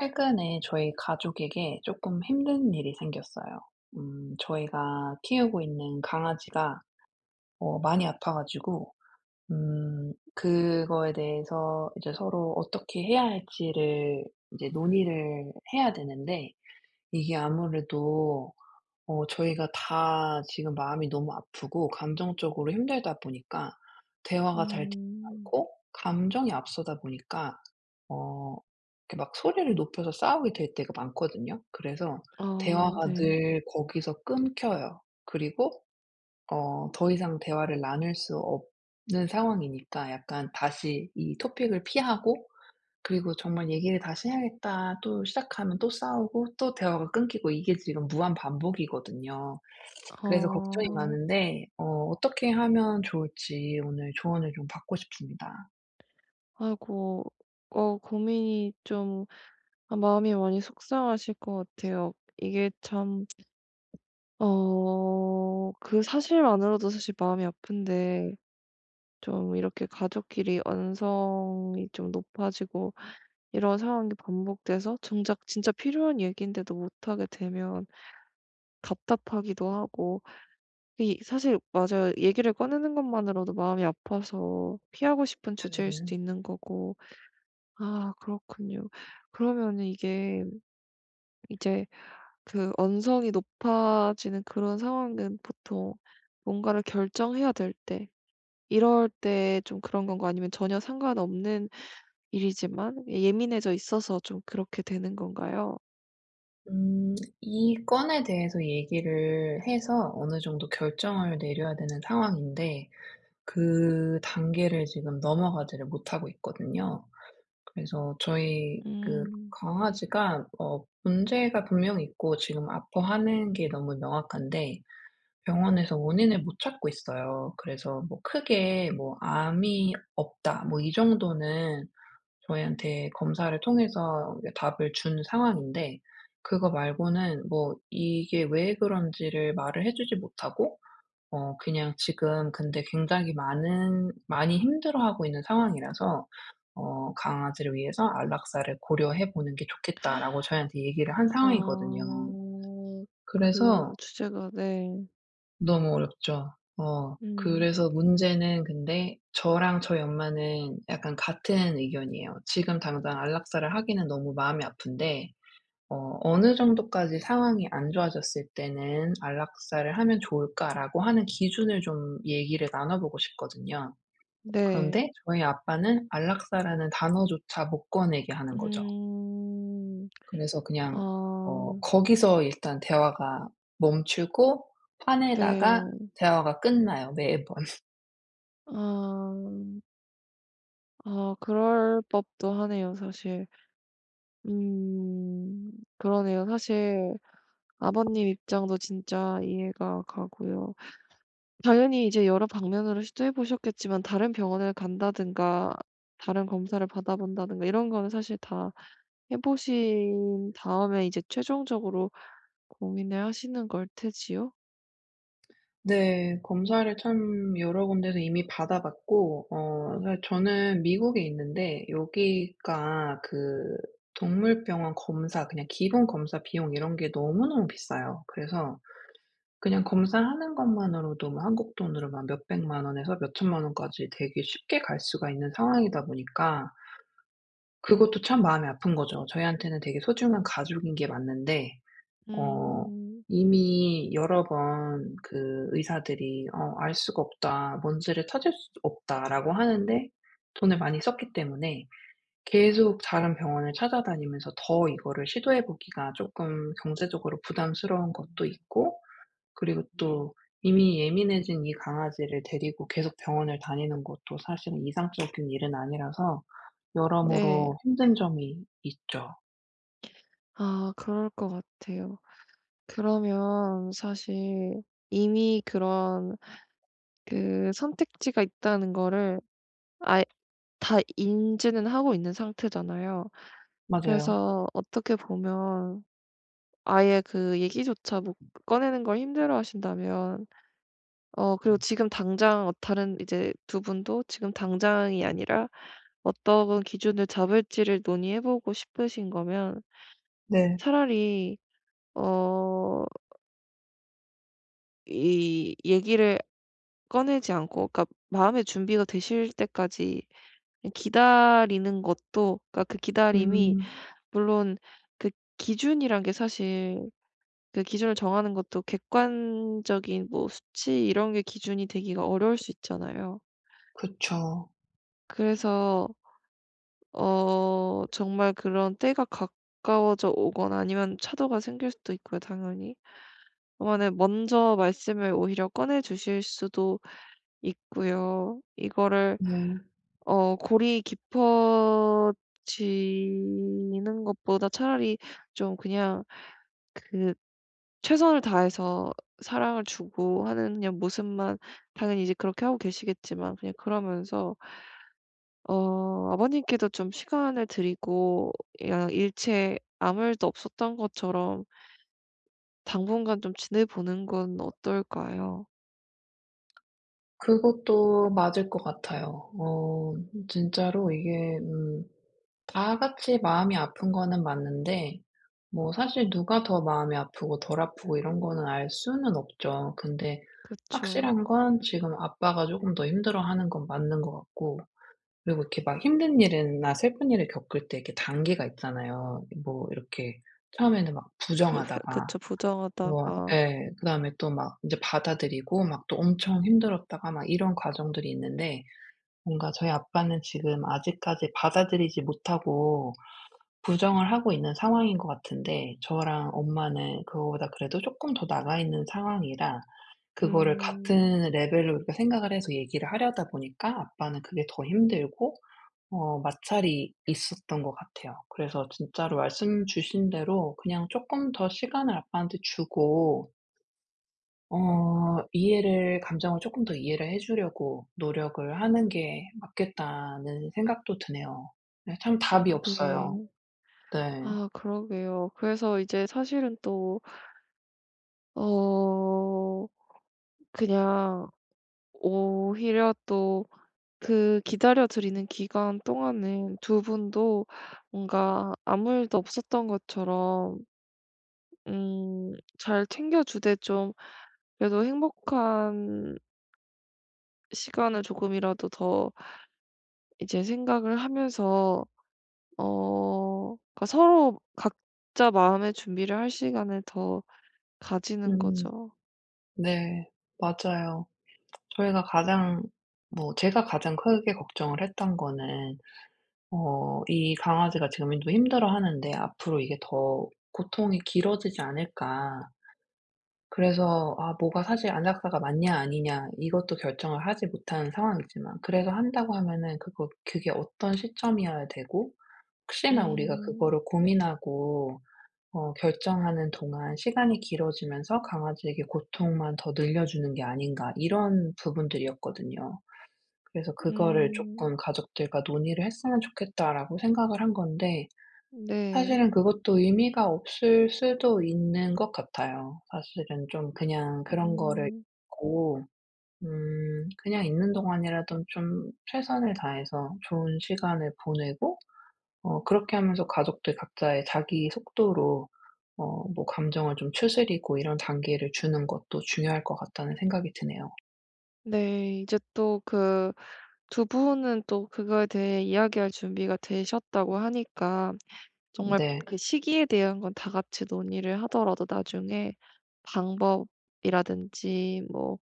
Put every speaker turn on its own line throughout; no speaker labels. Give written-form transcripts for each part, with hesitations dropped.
최근에 저희 가족에게 조금 힘든 일이 생겼어요. 저희가 키우고 있는 강아지가 많이 아파 가지고 그거에 대해서 이제 서로 어떻게 해야 할지를 이제 논의를 해야 되는데 이게 아무래도 저희가 다 지금 마음이 너무 아프고 감정적으로 힘들다 보니까 대화가 잘 되지
음.
않고 감정이 앞서다 보니까 어 이렇게 막 소리를 높여서 싸우게 될 때가 많거든요. 그래서
아
대화가
네.
늘 거기서 끊겨요. 그리고 더 이상 대화를 나눌 수 없는 상황이니까 약간 다시 이 토픽을 피하고, 그리고 정말 '얘기를 다시 해야겠다.' 또 시작하면 또 싸우고 또 대화가 끊기고 이게 지금 무한 반복이거든요. 그래서 걱정이
아.
많은데 어떻게 하면 좋을지 오늘 조언을 좀 받고 싶습니다.
아이고. 어 고민이 좀, 아 마음이 많이 속상하실 것 같아요. 이게 참 그 사실만으로도 사실 마음이 아픈데 좀 이렇게 가족끼리 언성이 좀 높아지고 이런 상황이 반복돼서 정작 진짜 필요한 얘기인데도 못하게 되면 답답하기도 하고. 이 사실 맞아요. 얘기를 꺼내는 것만으로도 마음이 아파서 피하고 싶은 주제일
네.
수도 있는 거고. 아 그렇군요. 그러면 이게 이제 그 언성이 높아지는 그런 상황은 보통 뭔가를 결정해야 될 때 이럴 때 좀 그런 건가, 아니면 전혀 상관없는 일이지만 예, 예민해져 있어서 좀 그렇게 되는 건가요?
음 이 건에 대해서 얘기를 해서 어느 정도 결정을 내려야 되는 상황인데 그 단계를 지금 넘어가지를 못하고 있거든요. 그래서 저희 그
음.
강아지가 문제가 분명히 있고 지금 아파하는 게 너무 명확한데 병원에서 원인을 못 찾고 있어요. 그래서 뭐 크게 뭐 '암이 없다.' 뭐 이 정도는 저희한테 검사를 통해서 답을 준 상황인데, 그거 말고는 뭐 이게 왜 그런지를 말을 해 주지 못하고 그냥 지금 근데 굉장히 많은 많이 힘들어하고 있는 상황이라서 "강아지를 위해서 안락사를 고려해 보는 게 좋겠다."라고 저희한테 얘기를 한 상황이거든요.
아. 그
그래서
주제가 네.
너무 어렵죠. 어.
음.
그래서 문제는 근데 저랑 저희 엄마는 약간 같은 의견이에요. 지금 당장 안락사를 하기는 너무 마음이 아픈데, '어느 정도까지 상황이 안 좋아졌을 때는 안락사를 하면 좋을까?'라고 하는 기준을 좀 얘기를 나눠 보고 싶거든요.
네.
그런데 저희 아빠는 안락사라는 단어조차 못 꺼내게 하는 거죠.
음.
그래서 그냥
아
거기서 일단 대화가 멈추고, 화내다가
네.
대화가 끝나요, 매번.
아. 아 그럴 법도 하네요 사실. 음. 그러네요. 사실 아버님 입장도 진짜 이해가 가고요. 당연히 이제 여러 방면으로 시도해 보셨겠지만 다른 병원을 간다든가 다른 검사를 받아본다든가 이런 거는 사실 다 해 보신 다음에 이제 최종적으로 고민을 하시는 걸 테지요.
네. 검사를 참 여러 군데서 이미 받아 봤고, 사실 저는 미국에 있는데 여기가 그 동물병원 검사, 그냥 기본 검사 비용 이런 게 너무너무 비싸요. 그래서 그냥 검사하는 것만으로도 뭐 한국 돈으로 막 몇백만 원에서 몇천만 원까지 되게 쉽게 갈 수가 있는 상황이다 보니까 그것도 참 마음이 아픈 거죠. 저희한테는 되게 소중한 가족인 게 맞는데 어
음.
이미 여러 번 그 의사들이 "알 수가 없다. 뭔지를 찾을 수 없다."라고 하는데, 돈을 많이 썼기 때문에 계속 다른 병원을 찾아다니면서 더 이거를 시도해 보기가 조금 경제적으로 부담스러운 것도 있고, 그리고 또 이미 예민해진 이 강아지를 데리고 계속 병원을 다니는 것도 사실은 이상적인 일은 아니라서
네.
여러모로 힘든 점이 있죠.
아 그럴 것 같아요. 그러면 사실 이미 그런 그 선택지가 있다는 거를 아예 다 인지는 하고 있는 상태잖아요.
맞아요.
그래서 어떻게 보면 아예 그 얘기조차 못 꺼내는 걸 힘들어하신다면, 그리고 지금 당장, 다른 이제 두 분도 지금 당장이 아니라 어떤 기준을 잡을지를 논의해 보고 싶으신 거면
네.
차라리 어 이 얘기를 꺼내지 않고, 그러니까 마음의 준비가 되실 때까지 그냥 기다리는 것도. 그러니까 그 기다림이
음
물론 그 기준이란 게 사실 그 기준을 정하는 것도 객관적인 뭐 수치 이런 게 기준이 되기가 어려울 수 있잖아요.
그쵸.
그래서 정말 그런 때가 가까워져 오거나 아니면 차도가 생길 수도 있고요 당연히. 그러면은 먼저 말씀을 오히려 꺼내 주실 수도 있고요. 이거를
네.
골이 깊어지는 것보다 차라리 좀 그냥 그 최선을 다해서 사랑을 주고 하는 그냥 모습만, 당연히 이제 그렇게 하고 계시겠지만, 그냥 그러면서 아버님께도 좀 시간을 드리고 그냥 일체 아무 일도 없었던 것처럼 당분간 좀 지내보는 건 어떨까요?
그것도 맞을 것 같아요. 어 진짜로 이게 다 같이 마음이 아픈 거는 맞는데 뭐 사실 누가 더 마음이 아프고 덜 아프고 이런 거는 알 수는 없죠. 근데
그쵸.
확실한 건 지금 아빠가 조금 더 힘들어하는 건 맞는 것 같고, 그리고 이렇게 막 힘든 일이나 슬픈 일을 겪을 때 이렇게 단계가 있잖아요. 뭐 이렇게 처음에는 막
그 회
부정하다가,
그쵸.
뭐
부정하다가.
예 그다음에 또 막 이제 받아들이고 막 또 엄청 힘들었다가 막 이런 과정들이 있는데, 뭔가 저희 아빠는 지금 아직까지 받아들이지 못하고 부정을 하고 있는 상황인 것 같은데, 저랑 엄마는 그거보다 그래도 쪼끔 더 나가 있는 상황이라 그거를
음.
같은 레벨로 이렇게 생각을 해서 얘기를 하려다 보니까 아빠는 그게 더 힘들고 마찰이 있었던 것 같아요. 그래서 진짜로 말씀 주신 대로 그냥 쪼끔 더 시간을 아빠한테 주고 어 이해를 감정을 쪼끔 더 이해를 해 주려고 노력을 하는 게 맞겠다는 생각도 드네요. 네 참 답이 없어요.
네.
네.
아 그러게요. 그래서 이제 사실은 또 어 그냥 오히려 또 그 기다려 드리는 기간 동안은 두 분도 뭔가 아무 일도 없었던 것처럼 음 잘 챙겨 주되, 좀 그래도 행복한 시간을 조금이라도 더 이제 생각을 하면서 그러니까 서로 각자 마음의 준비를 할 시간을 더 가지는
음.
거죠.
네. 맞아요. 저희가 가장 뭐 제가 가장 크게 걱정을 했던 거는 어 이 강아지가 지금 너무 힘들어하는데 '앞으로 이게 더 고통이 길어지지 않을까.' 그래서 아 뭐가 사실 안락사가 맞냐 아니냐 이것도 결정을 하지 못한 상황이지만, 그래서 한다고 하면은 그거 그게 어떤 시점이어야 되고, 혹시나 우리가
음.
그거를 고민하고 결정하는 동안 시간이 길어지면서 강아지에게 고통만 더 늘려주는 게 아닌가, 이런 부분들이었거든요. 그래서 그거를
음.
조금 '가족들과 논의를 했으면 좋겠다.'라고 생각을 한 건데,
네.
사실은 그것도 의미가 없을 수도 있는 것 같아요. 사실은 좀 그냥 그런 거를
음.
잊고 그냥 있는 동안이라도 좀 최선을 다해서 좋은 시간을 보내고 그렇게 하면서 가족들 각자의 자기 속도로 뭐 감정을 좀 추스리고 이런 단계를 주는 것도 중요할 것 같다는 생각이 드네요.
네. 이제 또 그 두 분은 또 그거에 대해 이야기할 준비가 되셨다고 하니까 정말
네.
그 시기에 대한 건 다 같이 논의를 하더라도 나중에 방법이라든지, 뭐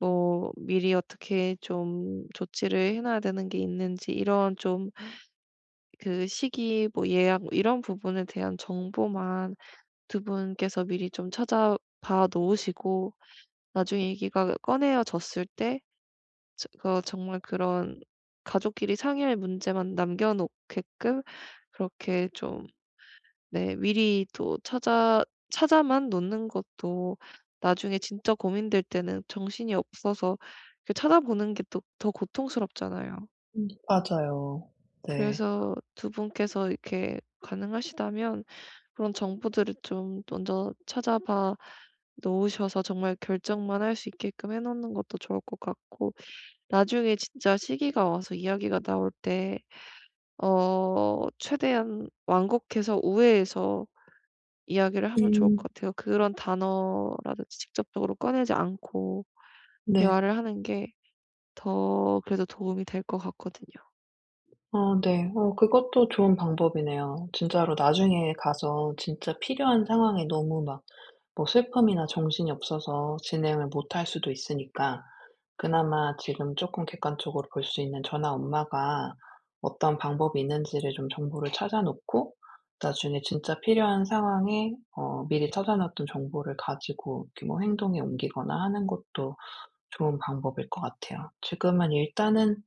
뭐 미리 어떻게 좀 조치를 해 놔야 되는 게 있는지 이런 좀 그 시기, 뭐 예약 뭐 이런 부분에 대한 정보만 두 분께서 미리 좀 찾아봐 놓으시고, 나중에 얘기가 꺼내어졌을 때 저 그 정말 그런 가족끼리 상의할 문제만 남겨 놓게끔 그렇게 좀 네 미리 또 찾아만 놓는 것도, 나중에 진짜 고민될 때는 정신이 없어서 그 찾아보는 게 또 더 고통스럽잖아요.
맞아요. 네.
그래서 두 분께서 이렇게 가능하시다면 그런 정보들을 좀 먼저 찾아봐 놓으셔서 정말 결정만 할 수 있게끔 해 놓는 것도 좋을 것 같고, 나중에 진짜 시기가 와서 이야기가 나올 때 최대한 완곡해서 우회해서 이야기를 하면 좋을
음
것 같아요. 그런 단어라든지 직접적으로 꺼내지 않고
네.
대화를 하는 게 더 그래도 도움이 될 것 같거든요.
어 네. 어 그것도 좋은 방법이네요. 진짜로 나중에 가서 진짜 필요한 상황에 너무 막 뭐 슬픔이나 정신이 없어서 진행을 못할 수도 있으니까, 그나마 지금 조금 객관적으로 볼 수 있는 저나 엄마가 어떤 방법이 있는지를 좀 정보를 찾아 놓고, 나중에 진짜 필요한 상황에 미리 찾아 놨던 정보를 가지고 이렇게 뭐 행동에 옮기거나 하는 것도 좋은 방법일 것 같아요. 지금은 일단은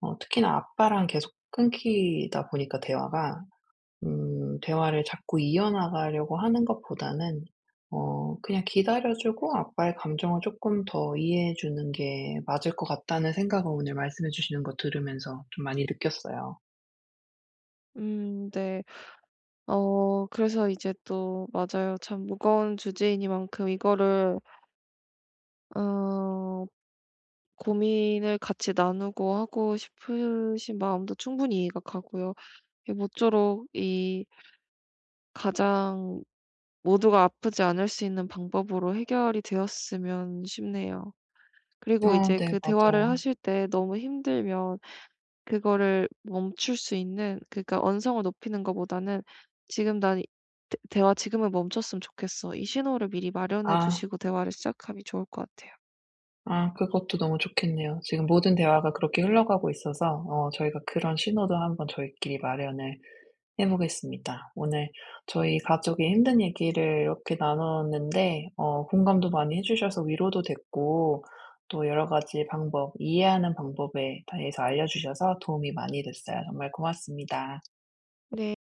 특히나 아빠랑 계속 끊기다 보니까 대화가 대화를 자꾸 이어나가려고 하는 것보다는 그냥 기다려 주고 아빠의 감정을 조금 더 이해해 주는 게 맞을 것 같다는 생각을 오늘 말씀해 주시는 거 들으면서 좀 많이 느꼈어요.
네. 어 그래서 이제 또 맞아요. 참 무거운 주제이니만큼 이거를 어 고민을 같이 나누고 하고 싶으신 마음도 충분히 이해가 가고요. 이 모쪼록 이 가장 모두가 아프지 않을 수 있는 방법으로 해결이 되었으면 싶네요.
네.
그리고
어
이제
네
그 대화를
맞아요.
하실 때 너무 힘들면 그거를 멈출 수 있는, 그러니까 언성을 높이는 것보다는 '지금 난 이 대 대화 지금은 멈췄으면 좋겠어.' 이 신호를 미리 마련해
아
두시고 대화를 시작하면 좋을 것 같아요.
아 그것도 너무 좋겠네요. 지금 모든 대화가 그렇게 흘러가고 있어서 저희가 그런 신호도 한번 저희끼리 마련을 해 보겠습니다. 오늘 저희 가족의 힘든 얘기를 이렇게 나눴는데 공감도 많이 해 주셔서 위로도 됐고, 또 여러 가지 방법, 이해하는 방법에 대해서 알려 주셔서 도움이 많이 됐어요. 정말 고맙습니다.
네.